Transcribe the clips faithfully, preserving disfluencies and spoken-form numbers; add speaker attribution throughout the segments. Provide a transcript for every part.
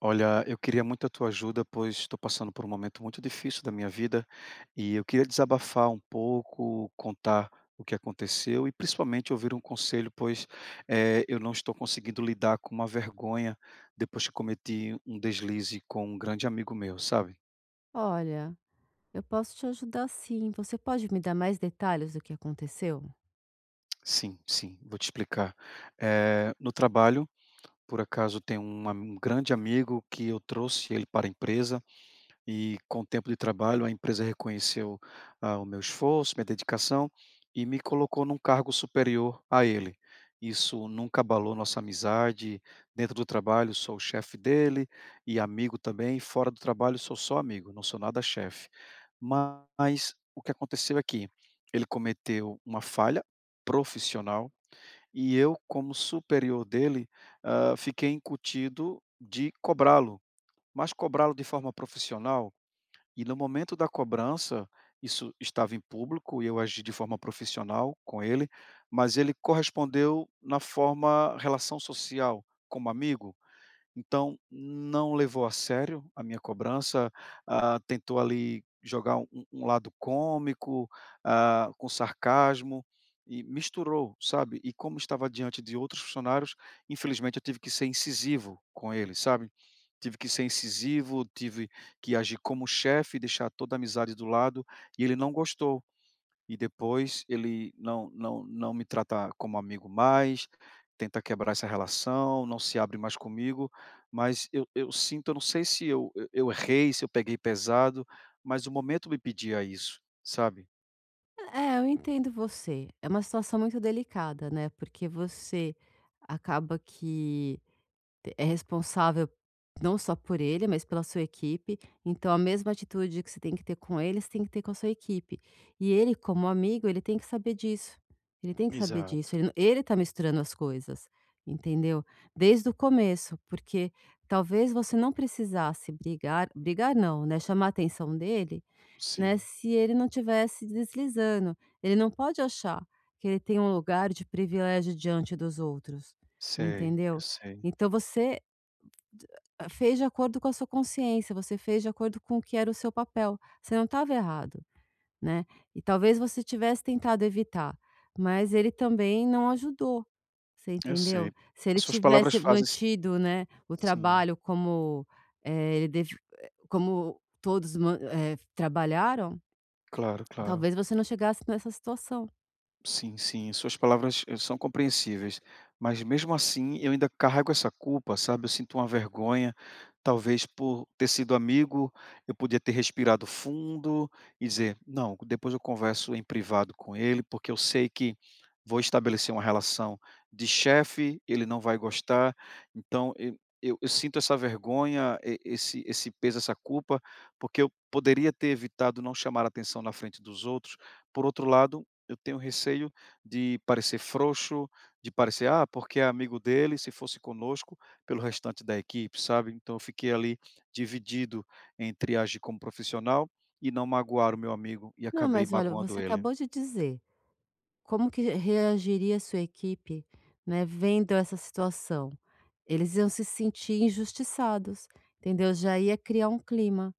Speaker 1: Olha, eu queria muito a tua ajuda, pois estou passando por um momento muito difícil da minha vida e eu queria desabafar um pouco, contar o que aconteceu e principalmente ouvir um conselho, pois eh, eu não estou conseguindo lidar com uma vergonha depois que cometi um deslize com um grande amigo meu, sabe?
Speaker 2: Olha, eu posso te ajudar sim. Você pode me dar mais detalhes do que aconteceu?
Speaker 1: Sim, sim, vou te explicar. Eh, no trabalho, por acaso, tem um, am- um grande amigo que eu trouxe ele para a empresa. E com o tempo de trabalho, a empresa reconheceu ah, o meu esforço, minha dedicação e me colocou num cargo superior a ele. Isso nunca abalou nossa amizade. Dentro do trabalho, sou o chefe dele e amigo também. Fora do trabalho, sou só amigo, não sou nada chefe. Mas o que aconteceu é que ele cometeu uma falha profissional e eu, como superior dele, ah, fiquei incutido de cobrá-lo, mas cobrá-lo de forma profissional. E no momento da cobrança, isso estava em público e eu agi de forma profissional com ele, mas ele correspondeu na forma relação social, como amigo. Então, não levou a sério a minha cobrança, ah, tentou ali jogar um um lado cômico, ah, com sarcasmo e misturou, sabe. E como estava diante de outros funcionários, infelizmente eu tive que ser incisivo com ele, sabe. Tive que ser incisivo, tive que agir como chefe, deixar toda a amizade do lado, e ele não gostou. E depois ele não não não me trata como amigo mais, tenta quebrar essa relação, não se abre mais comigo, mas eu eu sinto, eu não sei se eu eu eu errei, se eu peguei pesado, mas o momento me pedia isso, sabe?
Speaker 2: É, eu entendo você. É uma situação muito delicada, né? Porque você acaba que é responsável não só por ele, mas pela sua equipe. Então, a mesma atitude que você tem que ter com ele, você tem que ter com a sua equipe. E ele, como amigo, ele tem que saber disso. Ele tem que saber
Speaker 1: Exato,
Speaker 2: disso. Ele, não- Ele tá misturando as coisas, entendeu? Desde o começo, porque talvez você não precisasse brigar, brigar não, né? Chamar a atenção dele, né?
Speaker 1: sim,
Speaker 2: Se ele não tivesse deslizando. Ele não pode achar que ele tem um lugar de privilégio diante dos outros,
Speaker 1: sei, eu
Speaker 2: entendeu?
Speaker 1: sei,
Speaker 2: Então você D ah, fez de acordo com a sua consciência, você fez de acordo com o que era o seu papel, você não estava errado, né. E talvez você tivesse tentado evitar, mas ele também não ajudou, você
Speaker 1: eu sei.
Speaker 2: entendeu? Se ele
Speaker 1: As suas palavras
Speaker 2: tivesse
Speaker 1: fazem sen-
Speaker 2: mantido, né, o
Speaker 1: Sim,
Speaker 2: trabalho como, eh, ele deve eh, como todos man eh, trabalharam,
Speaker 1: claro, claro.
Speaker 2: talvez você não chegasse nessa situação.
Speaker 1: Sim, sim, suas palavras, eh, são compreensíveis, mas mesmo assim eu ainda carrego essa culpa, sabe, eu sinto uma vergonha, talvez por ter sido amigo, eu podia ter respirado fundo e dizer: "Não, depois eu converso em privado com ele, porque eu sei que vou estabelecer uma relação de chefe, ele não vai gostar", então eu eu eu sinto essa vergonha, e esse esse peso, essa culpa, porque eu poderia ter evitado não chamar atenção na frente dos outros. Por outro lado, eu tenho receio de parecer frouxo, de parecer: "Ah, porque é amigo dele", se fosse conosco, pelo restante da equipe, sabe. Então eu fiquei ali dividido entre agir como profissional e não magoar o meu amigo, e
Speaker 2: "Não,
Speaker 1: acabei
Speaker 2: mas olha,
Speaker 1: magoando
Speaker 2: você
Speaker 1: ele.
Speaker 2: acabou de dizer." Como que reagiria sua equipe, né, vendo essa situação? Eles iam se sentir injustiçados, entendeu? Já ia criar um clima.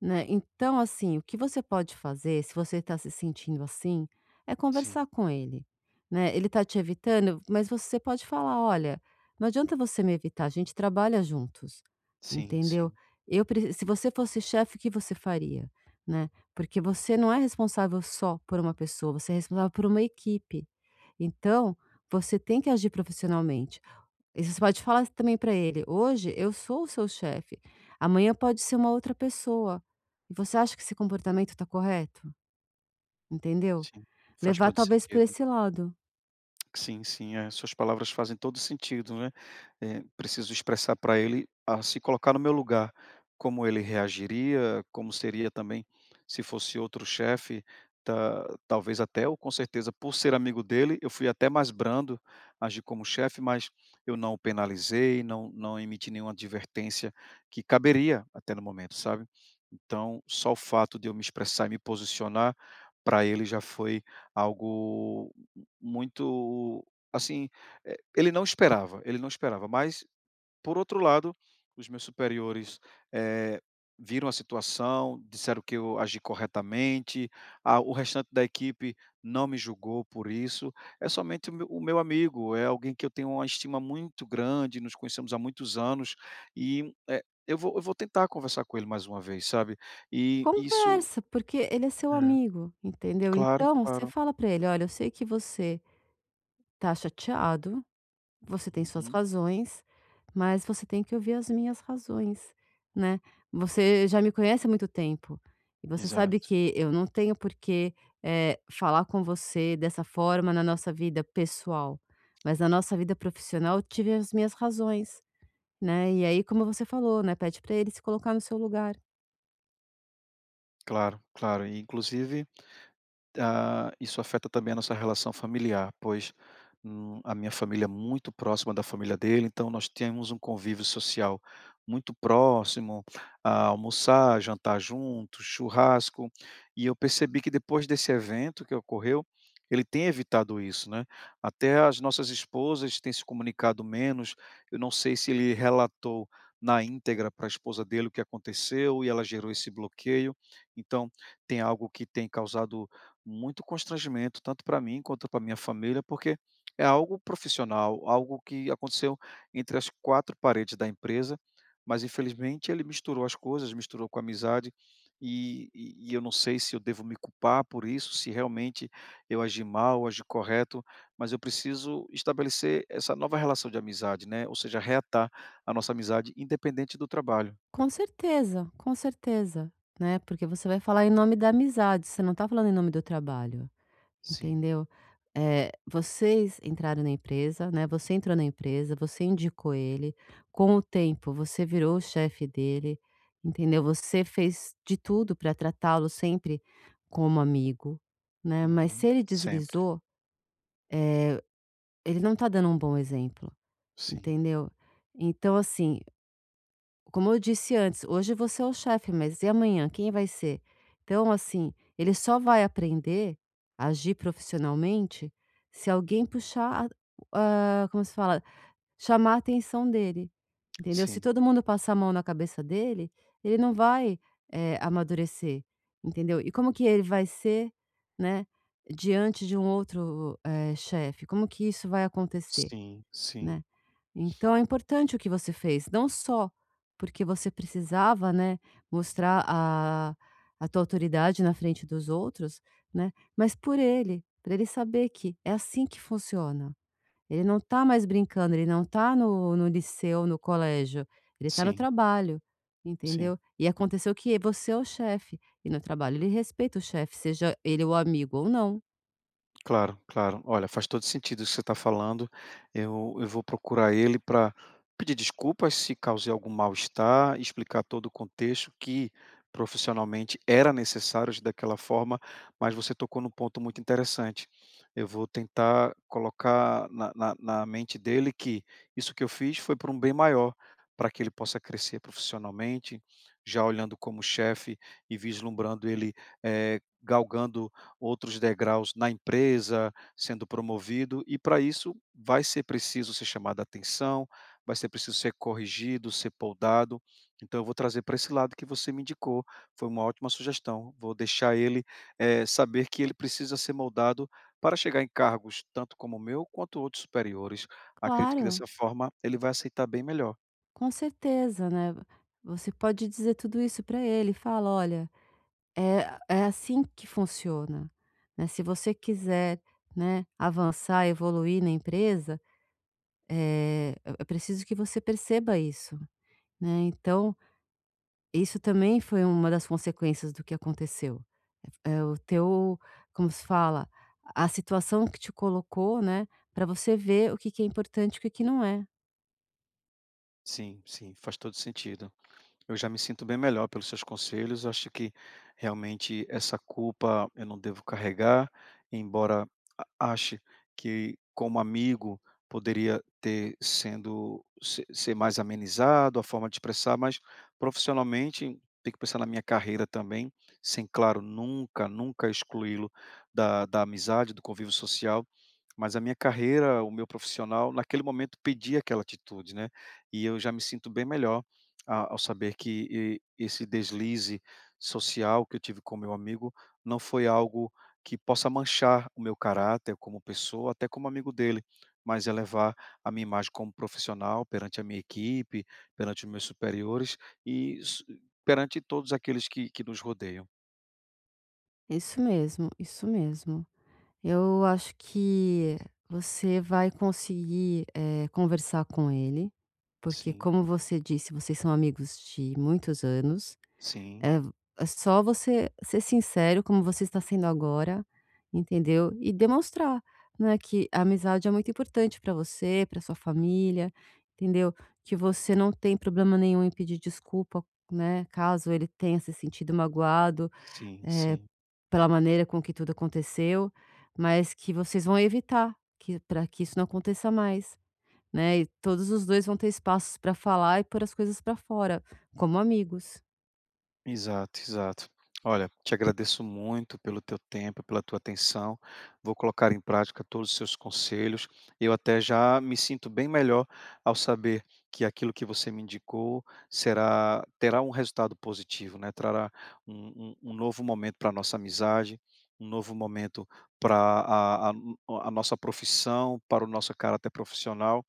Speaker 2: Né, então assim, o que você pode fazer, se você está se sentindo assim, é
Speaker 1: Sim,
Speaker 2: conversar com ele, né. Ele está te evitando, mas você pode falar: "Olha, não adianta você me evitar, a gente trabalha juntos,
Speaker 1: sim,
Speaker 2: entendeu?
Speaker 1: sim,
Speaker 2: Eu preci se você fosse chefe, o que você faria?", né. Porque você não é responsável só por uma pessoa, você é responsável por uma equipe. Então, você tem que agir profissionalmente. E você pode falar também para ele: "Hoje eu sou o seu chefe, amanhã pode ser uma outra pessoa. E você acha que esse comportamento está correto?", entendeu?
Speaker 1: sim. Faz
Speaker 2: Levar
Speaker 1: todo
Speaker 2: talvez por
Speaker 1: sentido.
Speaker 2: esse lado.
Speaker 1: Sim, sim, é, suas palavras fazem todo sentido, né? Eh, preciso expressar para ele a se colocar no meu lugar, como ele reagiria, como seria também se fosse outro chefe, ta- talvez até, ou com certeza, por ser amigo dele, eu fui até mais brando, agi como chefe, mas eu não o penalizei, não, não emiti nenhuma advertência que caberia até no momento, sabe? Então, só o fato de eu me expressar e me posicionar para ele já foi algo muito, assim, eh, ele não esperava, ele não esperava, mas por outro lado, os meus superiores, eh, viram a situação, disseram que eu agi corretamente, a o restante da equipe não me julgou por isso, é somente o meu o meu amigo, é alguém que eu tenho uma estima muito grande, nos conhecemos há muitos anos e, eh, eu vou eu vou tentar conversar com ele mais uma vez, sabe. E isso.
Speaker 2: Conversa, porque ele é seu
Speaker 1: É.
Speaker 2: amigo, entendeu?
Speaker 1: Claro,
Speaker 2: Então, você
Speaker 1: claro.
Speaker 2: fala para ele: "Olha, eu sei que você tá chateado, você tem suas
Speaker 1: Uhum.
Speaker 2: razões, mas você tem que ouvir as minhas razões, né. Você já me conhece há muito tempo, e você sabe
Speaker 1: Exato.
Speaker 2: que eu não tenho por que, eh, falar com você dessa forma na nossa vida pessoal, mas na nossa vida profissional eu tive as minhas razões, né. E aí, como você falou, né, pede para ele se colocar no seu lugar.
Speaker 1: Claro, claro. E inclusive. Ah, isso afeta também a nossa relação familiar, pois, hum, a minha família é muito próxima da família dele, então nós temos um convívio social muito próximo, ah, almoçar, jantar juntos, churrasco, e eu percebi que depois desse evento que ocorreu, ele tem evitado isso, né. Até as nossas esposas têm se comunicado menos, eu não sei se ele relatou na íntegra para a esposa dele o que aconteceu e ela gerou esse bloqueio, então tem algo que tem causado muito constrangimento, tanto para mim quanto para minha família, porque é algo profissional, algo que aconteceu entre as quatro paredes da empresa, mas infelizmente ele misturou as coisas, misturou com a amizade, e e e eu não sei se eu devo me culpar por isso, se realmente eu agi mal, agi correto, mas eu preciso estabelecer essa nova relação de amizade, né, ou seja, reatar a nossa amizade independente do trabalho.
Speaker 2: Com certeza, com certeza, né, porque você vai falar em nome da amizade, você não tá falando em nome do trabalho.
Speaker 1: Sim.
Speaker 2: Entendeu? Eh, vocês entraram na empresa, né, você entrou na empresa, você indicou ele, com o tempo você virou o chefe dele, entendeu? Você fez de tudo para tratá-lo sempre como amigo, né, mas
Speaker 1: Uhum.
Speaker 2: se ele
Speaker 1: Sempre.
Speaker 2: deslizou, ele não tá dando um bom exemplo,
Speaker 1: Sim,
Speaker 2: entendeu? Então assim, como eu disse antes, hoje você é o chefe, mas e amanhã, quem vai ser? Então, assim, ele só vai aprender a agir profissionalmente se alguém puxar, a- ah, como se fala, chamar a atenção dele, entendeu? Se
Speaker 1: sim,
Speaker 2: todo mundo passar a mão na cabeça dele, ele não vai eh, amadurecer, entendeu? E como que ele vai ser, né, diante de um outro eh, chefe? Como que isso vai acontecer,
Speaker 1: sim, sim.
Speaker 2: né? Então é importante o que você fez, não só porque você precisava, né, mostrar a a tua autoridade na frente dos outros, né, mas por ele, pra ele saber que é assim que funciona. Ele não tá mais brincando, ele não tá no no liceu, no colégio, ele tá no
Speaker 1: Sim.
Speaker 2: trabalho,
Speaker 1: Sim,
Speaker 2: entendeu. E aconteceu que você é o chefe, e no trabalho ele respeita o chefe, seja ele o amigo ou não.
Speaker 1: claro, claro. Olha, faz todo sentido isso que você está falando. Eu, eu vou procurar ele para pedir desculpas se causei algum mal-estar, explicar todo o contexto que profissionalmente era necessário agir daquela forma, mas você tocou num ponto muito interessante. Eu vou tentar colocar na, na, na mente dele que isso que eu fiz foi por um bem maior, para que ele possa crescer profissionalmente, já olhando como chefe e vislumbrando ele eh, galgando outros degraus na empresa, sendo promovido, e para isso vai ser preciso ser chamado a atenção, vai ser preciso ser corrigido, ser podado. Então eu vou trazer para esse lado que você me indicou, foi uma ótima sugestão. Vou deixar ele eh, saber que ele precisa ser moldado para chegar em cargos tanto como o meu quanto outros superiores. Acredito que dessa
Speaker 2: Claro,
Speaker 1: forma ele vai aceitar bem melhor.
Speaker 2: com certeza, né. Você pode dizer tudo isso para ele, fala: "Olha, é é assim que funciona, né, se você quiser, né, avançar, evoluir na empresa, eh, é é preciso que você perceba isso, né, então, isso também foi uma das consequências do que aconteceu. É é o teu como se fala? A situação que te colocou, né, para você ver o que que é importante e o que que não é.
Speaker 1: Sim, sim, faz todo sentido. Eu já me sinto bem melhor pelos seus conselhos. Acho que realmente essa culpa eu não devo carregar, embora a- ache que como amigo poderia ter sendo se- ser mais amenizado a forma de expressar, mas profissionalmente tenho que pensar na minha carreira também, sem claro nunca, nunca excluí-lo da, da amizade, do convívio social. Mas a minha carreira, o meu profissional, naquele momento pedia aquela atitude, né? E eu já me sinto bem melhor a ao saber que e esse deslize social que eu tive com meu amigo não foi algo que possa manchar o meu caráter como pessoa, até como amigo dele, mas elevar a minha imagem como profissional perante a minha equipe, perante os meus superiores e s perante todos aqueles que que nos rodeiam.
Speaker 2: Isso mesmo, isso mesmo. Eu acho que você vai conseguir, eh, conversar com ele, porque
Speaker 1: Sim,
Speaker 2: como você disse, vocês são amigos de muitos anos,
Speaker 1: sim,
Speaker 2: eh, é só você ser sincero como você está sendo agora, entendeu? E demonstrar, né, que a amizade é muito importante para você, para sua família, entendeu? Que você não tem problema nenhum em pedir desculpa, né, caso ele tenha se sentido magoado
Speaker 1: sim, sim.
Speaker 2: pela maneira com que tudo aconteceu, mas que vocês vão evitar que para que isso não aconteça mais, né, e todos os dois vão ter espaços para falar e pôr as coisas para fora, como amigos.
Speaker 1: Exato, exato. Olha, te agradeço muito pelo teu tempo, pela tua atenção. Vou colocar em prática todos os seus conselhos. Eu até já me sinto bem melhor ao saber que aquilo que você me indicou será terá um resultado positivo, né? Trará um, um- um novo momento para a nossa amizade, um novo momento para a, a- a nossa profissão, para o nosso caráter profissional.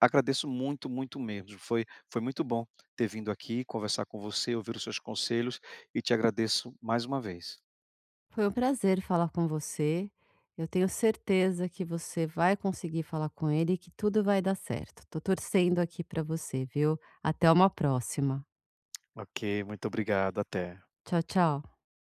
Speaker 1: Agradeço muito, muito mesmo. Foi foi muito bom ter vindo aqui conversar com você, ouvir os seus conselhos e te agradeço mais uma vez.
Speaker 2: Foi um prazer falar com você, eu tenho certeza que você vai conseguir falar com ele e que tudo vai dar certo. Tô torcendo aqui para você, viu. Até uma próxima.
Speaker 1: Ok, muito obrigado. Até.
Speaker 2: Tchau, tchau.